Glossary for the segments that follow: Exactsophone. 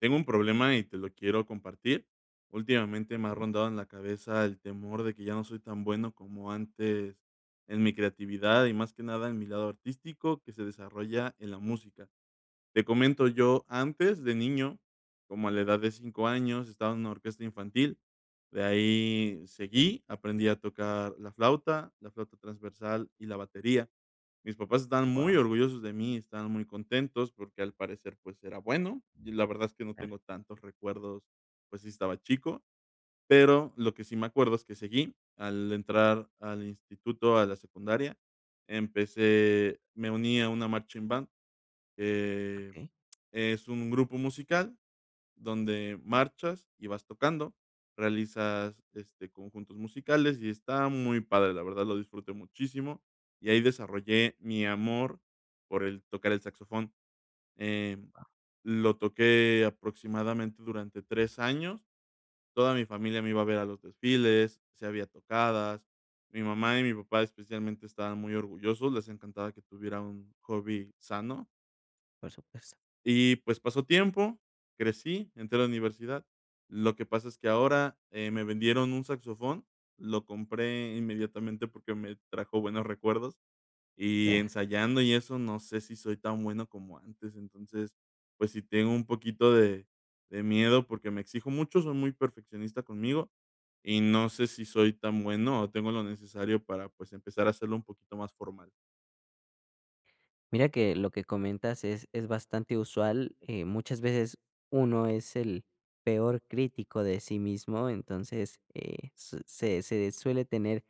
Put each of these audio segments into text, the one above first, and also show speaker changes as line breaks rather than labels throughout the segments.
Tengo un problema y te lo quiero compartir. Últimamente me ha
Wow.
rondado en la cabeza el temor de que ya no soy tan bueno como antes en mi creatividad y más que nada en mi lado artístico que se desarrolla en la música. Te comento, yo antes de niño, como a la edad de 5 años, estaba en una orquesta infantil. De ahí seguí, aprendí a tocar la flauta transversal y la batería. Mis papás estaban muy orgullosos de mí, estaban muy contentos porque al parecer pues era bueno. Y la verdad es que no
Claro.
tengo tantos recuerdos, pues sí estaba chico, pero lo que sí me acuerdo es que seguí al entrar al instituto, a la secundaria, empecé, me uní a una marching band eh,
Okey.
es un grupo musical donde marchas y vas tocando, realizas, este, conjuntos musicales y está muy padre, la verdad lo disfruté muchísimo, y ahí desarrollé mi amor por el tocar el saxofón. Em, lo toqué aproximadamente durante 3 años, toda mi familia me iba a ver a los desfiles, se había tocadas, mi mamá y mi papá especialmente estaban muy orgullosos, les encantaba que tuviera un hobby sano.
Por supuesto.
Y, pues, pasó tiempo, crecí, entré a la universidad. Lo que pasa es que ahora, me vendieron un saxofón, lo compré inmediatamente porque me trajo buenos recuerdos, y
Claro.
ensayando y eso, no sé si soy tan bueno como antes. Entonces, pues, sí tengo un poquito de miedo porque me exijo mucho, soy muy perfeccionista conmigo, y no sé si soy tan bueno o tengo lo necesario para, pues, empezar a hacerlo un poquito más formal.
Mira que lo que comentas es bastante usual, muchas veces uno es el peor crítico de sí mismo, entonces, su se se suele tener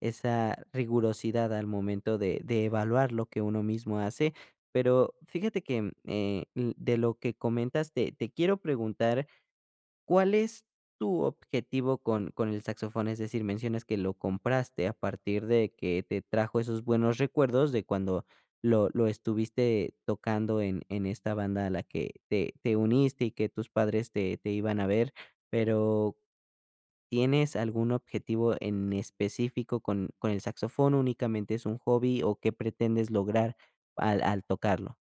esa rigurosidad al momento de evaluar lo que uno mismo hace, pero fíjate que, l de lo que comentas te quiero preguntar, ¿cuál es tu objetivo con el saxofón? Es decir, mencionas que lo compraste a partir de que te trajo esos buenos recuerdos de cuando lo estuviste tocando en esta banda a la que te uniste y que tus padres te iban a ver, pero ¿tienes algún objetivo en específico con el saxofón? ¿Únicamente es un hobby o qué pretendes lograr al tocarlo?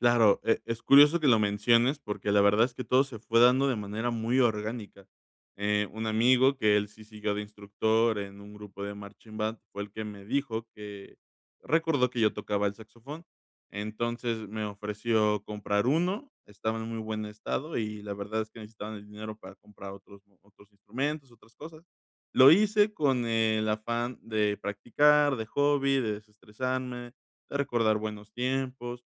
Claro, es curioso que lo menciones, porque la verdad es que todo se fue dando de manera muy orgánica. Un amigo que él sí siguió de instructor en un grupo de marching band fue el que me dijo que recordó que yo tocaba el saxofón. Entonces me ofreció comprar uno, estaba en muy buen estado y la verdad es que necesitaban el dinero para comprar otros mo otros instrumentos, otras cosas. Lo hice con el afán de practicar, de hobby, de desestresarme, de recordar buenos tiempos.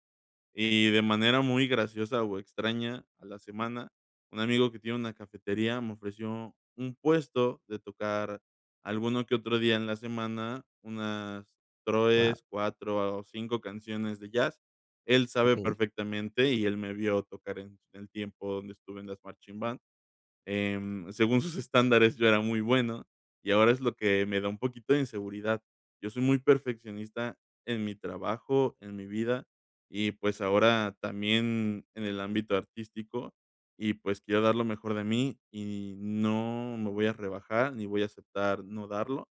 Y de manera muy graciosa o extraña, a la semana, un amigo que tiene una cafetería me ofreció un puesto de tocar alguno que otro día en la semana unas
Wow.
tres 4 o 5 canciones de jazz. Él sabe
Okey.
perfectamente y él me vio tocar en el tiempo donde estuve en las marching band. Según sus estándares, yo era muy bueno, y ahora es lo que me da un poquito de inseguridad. Yo soy muy perfeccionista en mi trabajo, en mi vida, y pues ahora también en el ámbito artístico, y pues quiero dar lo mejor de mí y no me voy a rebajar ni voy a aceptar no darlo,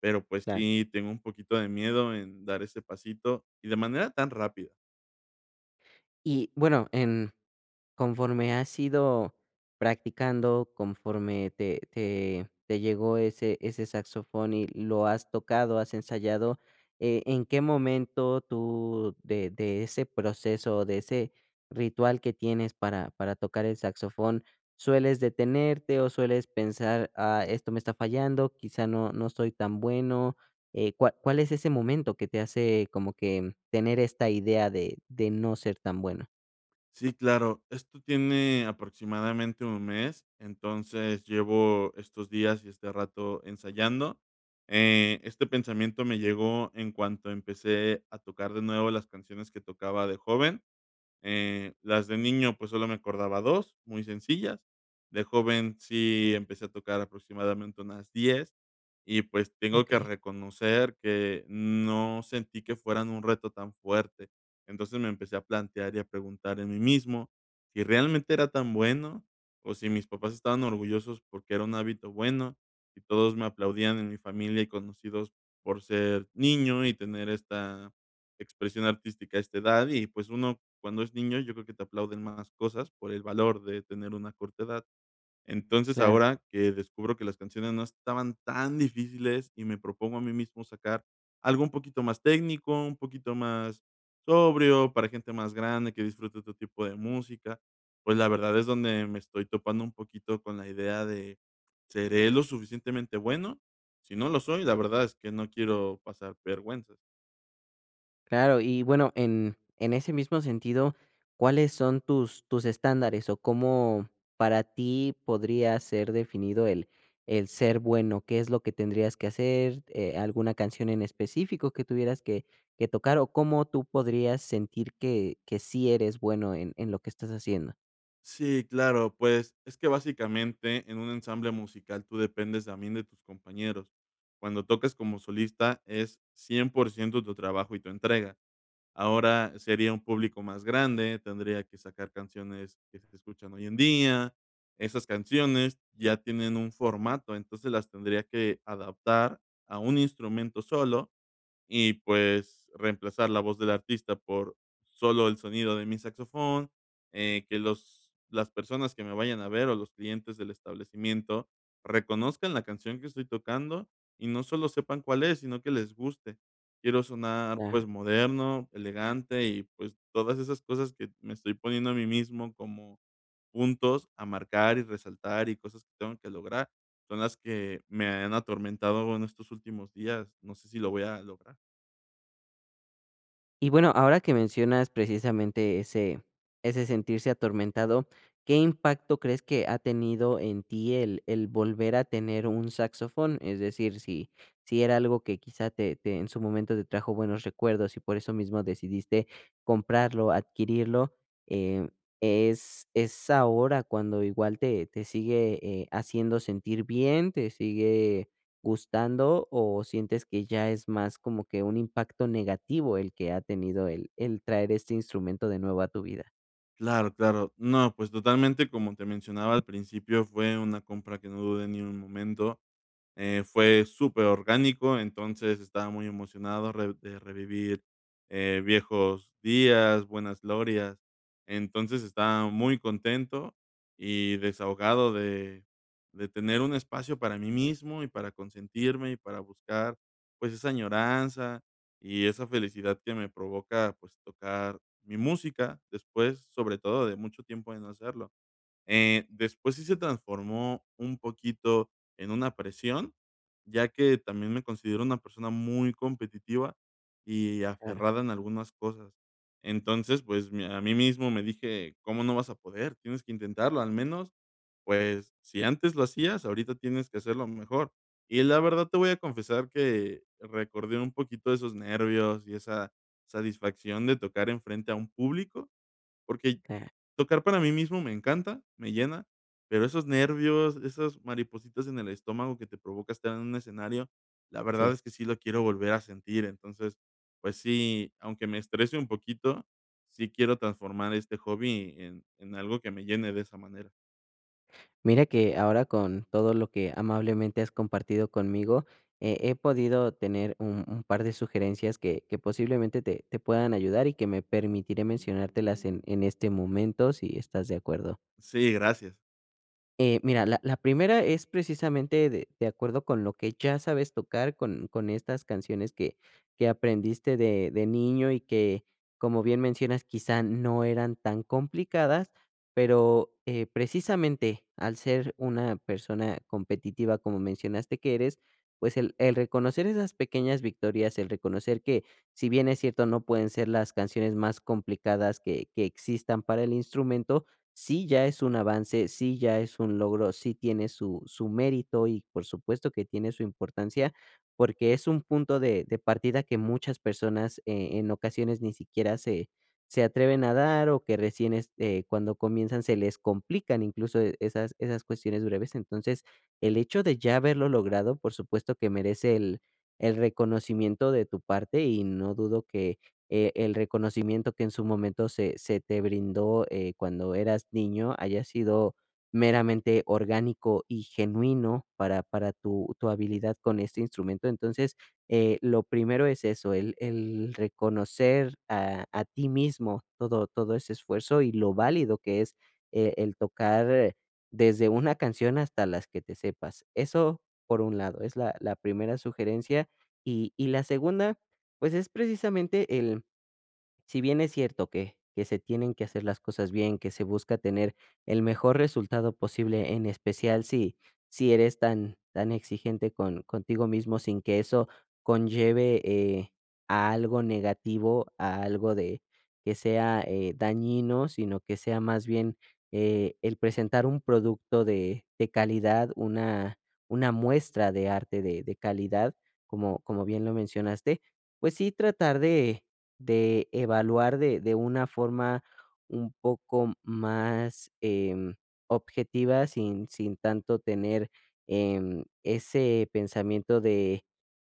pero pues
Claro.
sí tengo un poquito de miedo en dar ese pasito y de manera tan rápida.
Y bueno, en, conforme has ido practicando, conforme te llegó ese saxofón y lo has tocado, has ensayado, ¿en qué momento tú de ese proceso, de ese ritual que tienes para tocar el saxofón, sueles detenerte o sueles pensar: "Ah, esto me está fallando, quizá no soy tan bueno"? ¿Cuál es ese momento que te hace como que tener esta idea de no ser tan bueno?
Sí, claro. Esto tiene aproximadamente un mes, entonces llevo estos días y este rato ensayando. Este pensamiento me llegó en cuanto empecé a tocar de nuevo las canciones que tocaba de joven. Las de niño, pues, solo me acordaba 2 muy sencillas. De joven sí empecé a tocar aproximadamente unas 10 y, pues, tengo que
Okey.
reconocer que no sentí que fueran un reto tan fuerte. Entonces, me empecé a plantear y a preguntar en mí mismo si realmente era tan bueno, o si mis papás estaban orgullosos porque era un hábito bueno, y todos me aplaudían en mi familia y conocidos por ser niño y tener esta expresión artística a esta edad y, pues, uno cuando es niño, yo creo que te aplauden más cosas por el valor de tener una corta edad. Entonces,
Claro.
ahora que descubro que las canciones no estaban tan difíciles y me propongo a mí mismo sacar algo un poquito más técnico, un poquito más sobrio, para gente más grande que disfrute otro tipo de música, pues, la verdad es donde me estoy topando un poquito con la idea de, ¿seré lo suficientemente bueno? Si no lo soy, la verdad es que no quiero pasar vergüenza.
Claro, y bueno, en ese mismo sentido, ¿cuáles son tus estándares o cómo para ti podría ser definido el ser bueno? ¿Qué es lo que tendrías que hacer? ¿Alguna canción en específico que tuvieras que tocar o cómo tú podrías sentir que sí eres bueno en lo que estás haciendo?
Sí, claro, pues es que básicamente en un ensamble musical tú dependes también de tus compañeros. Cuando tocas como solista es 100% tu trabajo y tu entrega. Ahora sería un público más grande, tendría que sacar canciones que se escuchan hoy en día. Esas canciones ya tienen un formato, entonces las tendría que adaptar a un instrumento solo y pues reemplazar la voz del artista por solo el sonido de mi saxofón, que los las personas que me vayan a ver o los clientes del establecimiento reconozcan la canción que estoy tocando y no solo sepan cuál es, sino que les guste. Quiero sonar, pues, moderno, elegante y, pues, todas esas cosas que me estoy poniendo a mí mismo como puntos a marcar y resaltar y cosas que tengo que lograr, son las que me han atormentado en estos últimos días. No sé si lo voy a lograr.
Y bueno, ahora que mencionas precisamente ese sentirse atormentado, ¿qué impacto crees que ha tenido en ti el volver a tener un saxofón? Es decir, si si era algo que quizá te en su momento te trajo buenos recuerdos y por eso mismo decidiste comprarlo, adquirirlo. eh, ¿Es ahora cuando igual te sigue, haciendo sentir bien, te sigue gustando, o sientes que ya es más como que un impacto negativo el que ha tenido el traer este instrumento de nuevo a tu vida?
Claro, claro. No, pues totalmente, como te mencionaba al principio, fue una compra que no dudé ni un momento. Fue súper orgánico, entonces estaba muy emocionado re de revivir, viejos días, buenas glorias. Entonces, estaba muy contento y desahogado de tener un espacio para mí mismo y para consentirme y para buscar, pues, esa añoranza y esa felicidad que me provoca, pues, tocar mi música después, sobre todo de mucho tiempo de no hacerlo. Después sí se transformó un poquito en una presión, ya que también me considero una persona muy competitiva y
Claro,
aferrada en algunas cosas. Entonces, pues, mi a mí mismo me dije: "¿Cómo no vas a poder? Tienes que intentarlo, al menos, pues, si antes lo hacías, ahorita tienes que hacerlo mejor". Y la verdad te voy a confesar que recordé un poquito esos nervios y esa satisfacción de tocar enfrente a un público, porque
claro,
tocar para mí mismo me encanta, me llena, pero esos nervios, esas maripositas en el estómago que te provoca estar en un escenario, la verdad
sí.
es que sí lo quiero volver a sentir. Entonces, pues sí, aunque me estrese un poquito, sí quiero transformar este hobby en algo que me llene de esa manera.
Mira que ahora con todo lo que amablemente has compartido conmigo, he podido tener un par de sugerencias que posiblemente te, te puedan ayudar, y que me permitiré mencionártelas en este momento si estás de acuerdo.
Sí, gracias.
Mira, la primera es precisamente de acuerdo con lo que ya sabes tocar, con estas canciones que aprendiste de niño y que, como bien mencionas, quizá no eran tan complicadas, pero, precisamente al ser una persona competitiva, como mencionaste que eres, pues el reconocer esas pequeñas victorias, el reconocer que, si bien es cierto, no pueden ser las canciones más complicadas que existan para el instrumento, sí ya es un avance, sí ya es un logro, sí tiene su, su mérito y por supuesto que tiene su importancia, porque es un punto de partida que muchas personas en ocasiones ni siquiera se, se atreven a dar, o que cuando comienzan se les complican incluso esas, esas cuestiones breves. Entonces, el hecho de ya haberlo logrado, por supuesto que merece el reconocimiento de tu parte, y no dudo el reconocimiento que en su momento se te brindó, cuando eras niño, haya sido meramente orgánico y genuino para tu habilidad con este instrumento. Entonces, lo primero es eso, el reconocer a ti mismo todo ese esfuerzo y lo válido que es, el tocar desde una canción hasta las que te sepas. Eso, por un lado, es la primera sugerencia. Y la segunda, pues, es precisamente el, si bien es cierto que se tienen que hacer las cosas bien, que se busca tener el mejor resultado posible, en especial si si eres tan exigente con, contigo mismo, sin que eso conlleve, a algo negativo, a algo de que sea, dañino, sino que sea más bien, el presentar un producto de calidad, una muestra de arte de calidad, como bien lo mencionaste, pues sí tratar de evaluar de una forma un poco más, objetiva, sin tanto tener, ese pensamiento de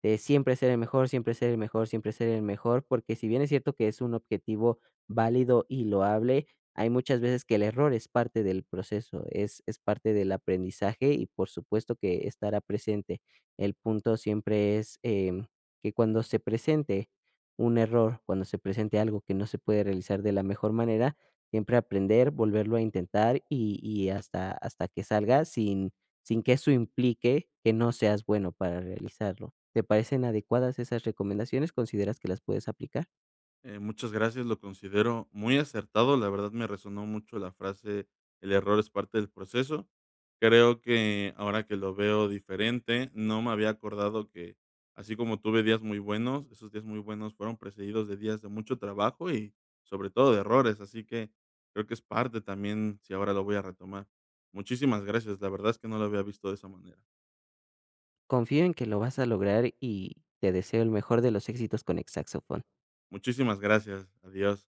siempre ser el mejor, siempre ser el mejor, siempre ser el mejor, porque si bien es cierto que es un objetivo válido y loable, hay muchas veces que el error es parte del proceso, es parte del aprendizaje y por supuesto que estará presente. El punto siempre es que cuando se presente un error, cuando se presente algo que no se puede realizar de la mejor manera, siempre aprender, volverlo a intentar y hasta, hasta que salga sin, sin que eso implique que no seas bueno para realizarlo. ¿Te parecen adecuadas esas recomendaciones? ¿Consideras que las puedes aplicar?
Muchas gracias, lo considero muy acertado. La verdad me resonó mucho la frase, el error es parte del proceso. Creo que ahora que lo veo diferente, no me había acordado que así como tuve días muy buenos, esos días muy buenos fueron precedidos de días de mucho trabajo y sobre todo de errores. Así que creo que es parte también si ahora lo voy a retomar. Muchísimas gracias. La verdad es que no lo había visto de esa manera.
Confío en que lo vas a lograr y te deseo el mejor de los éxitos con Exactsophone.
Muchísimas gracias. Adiós.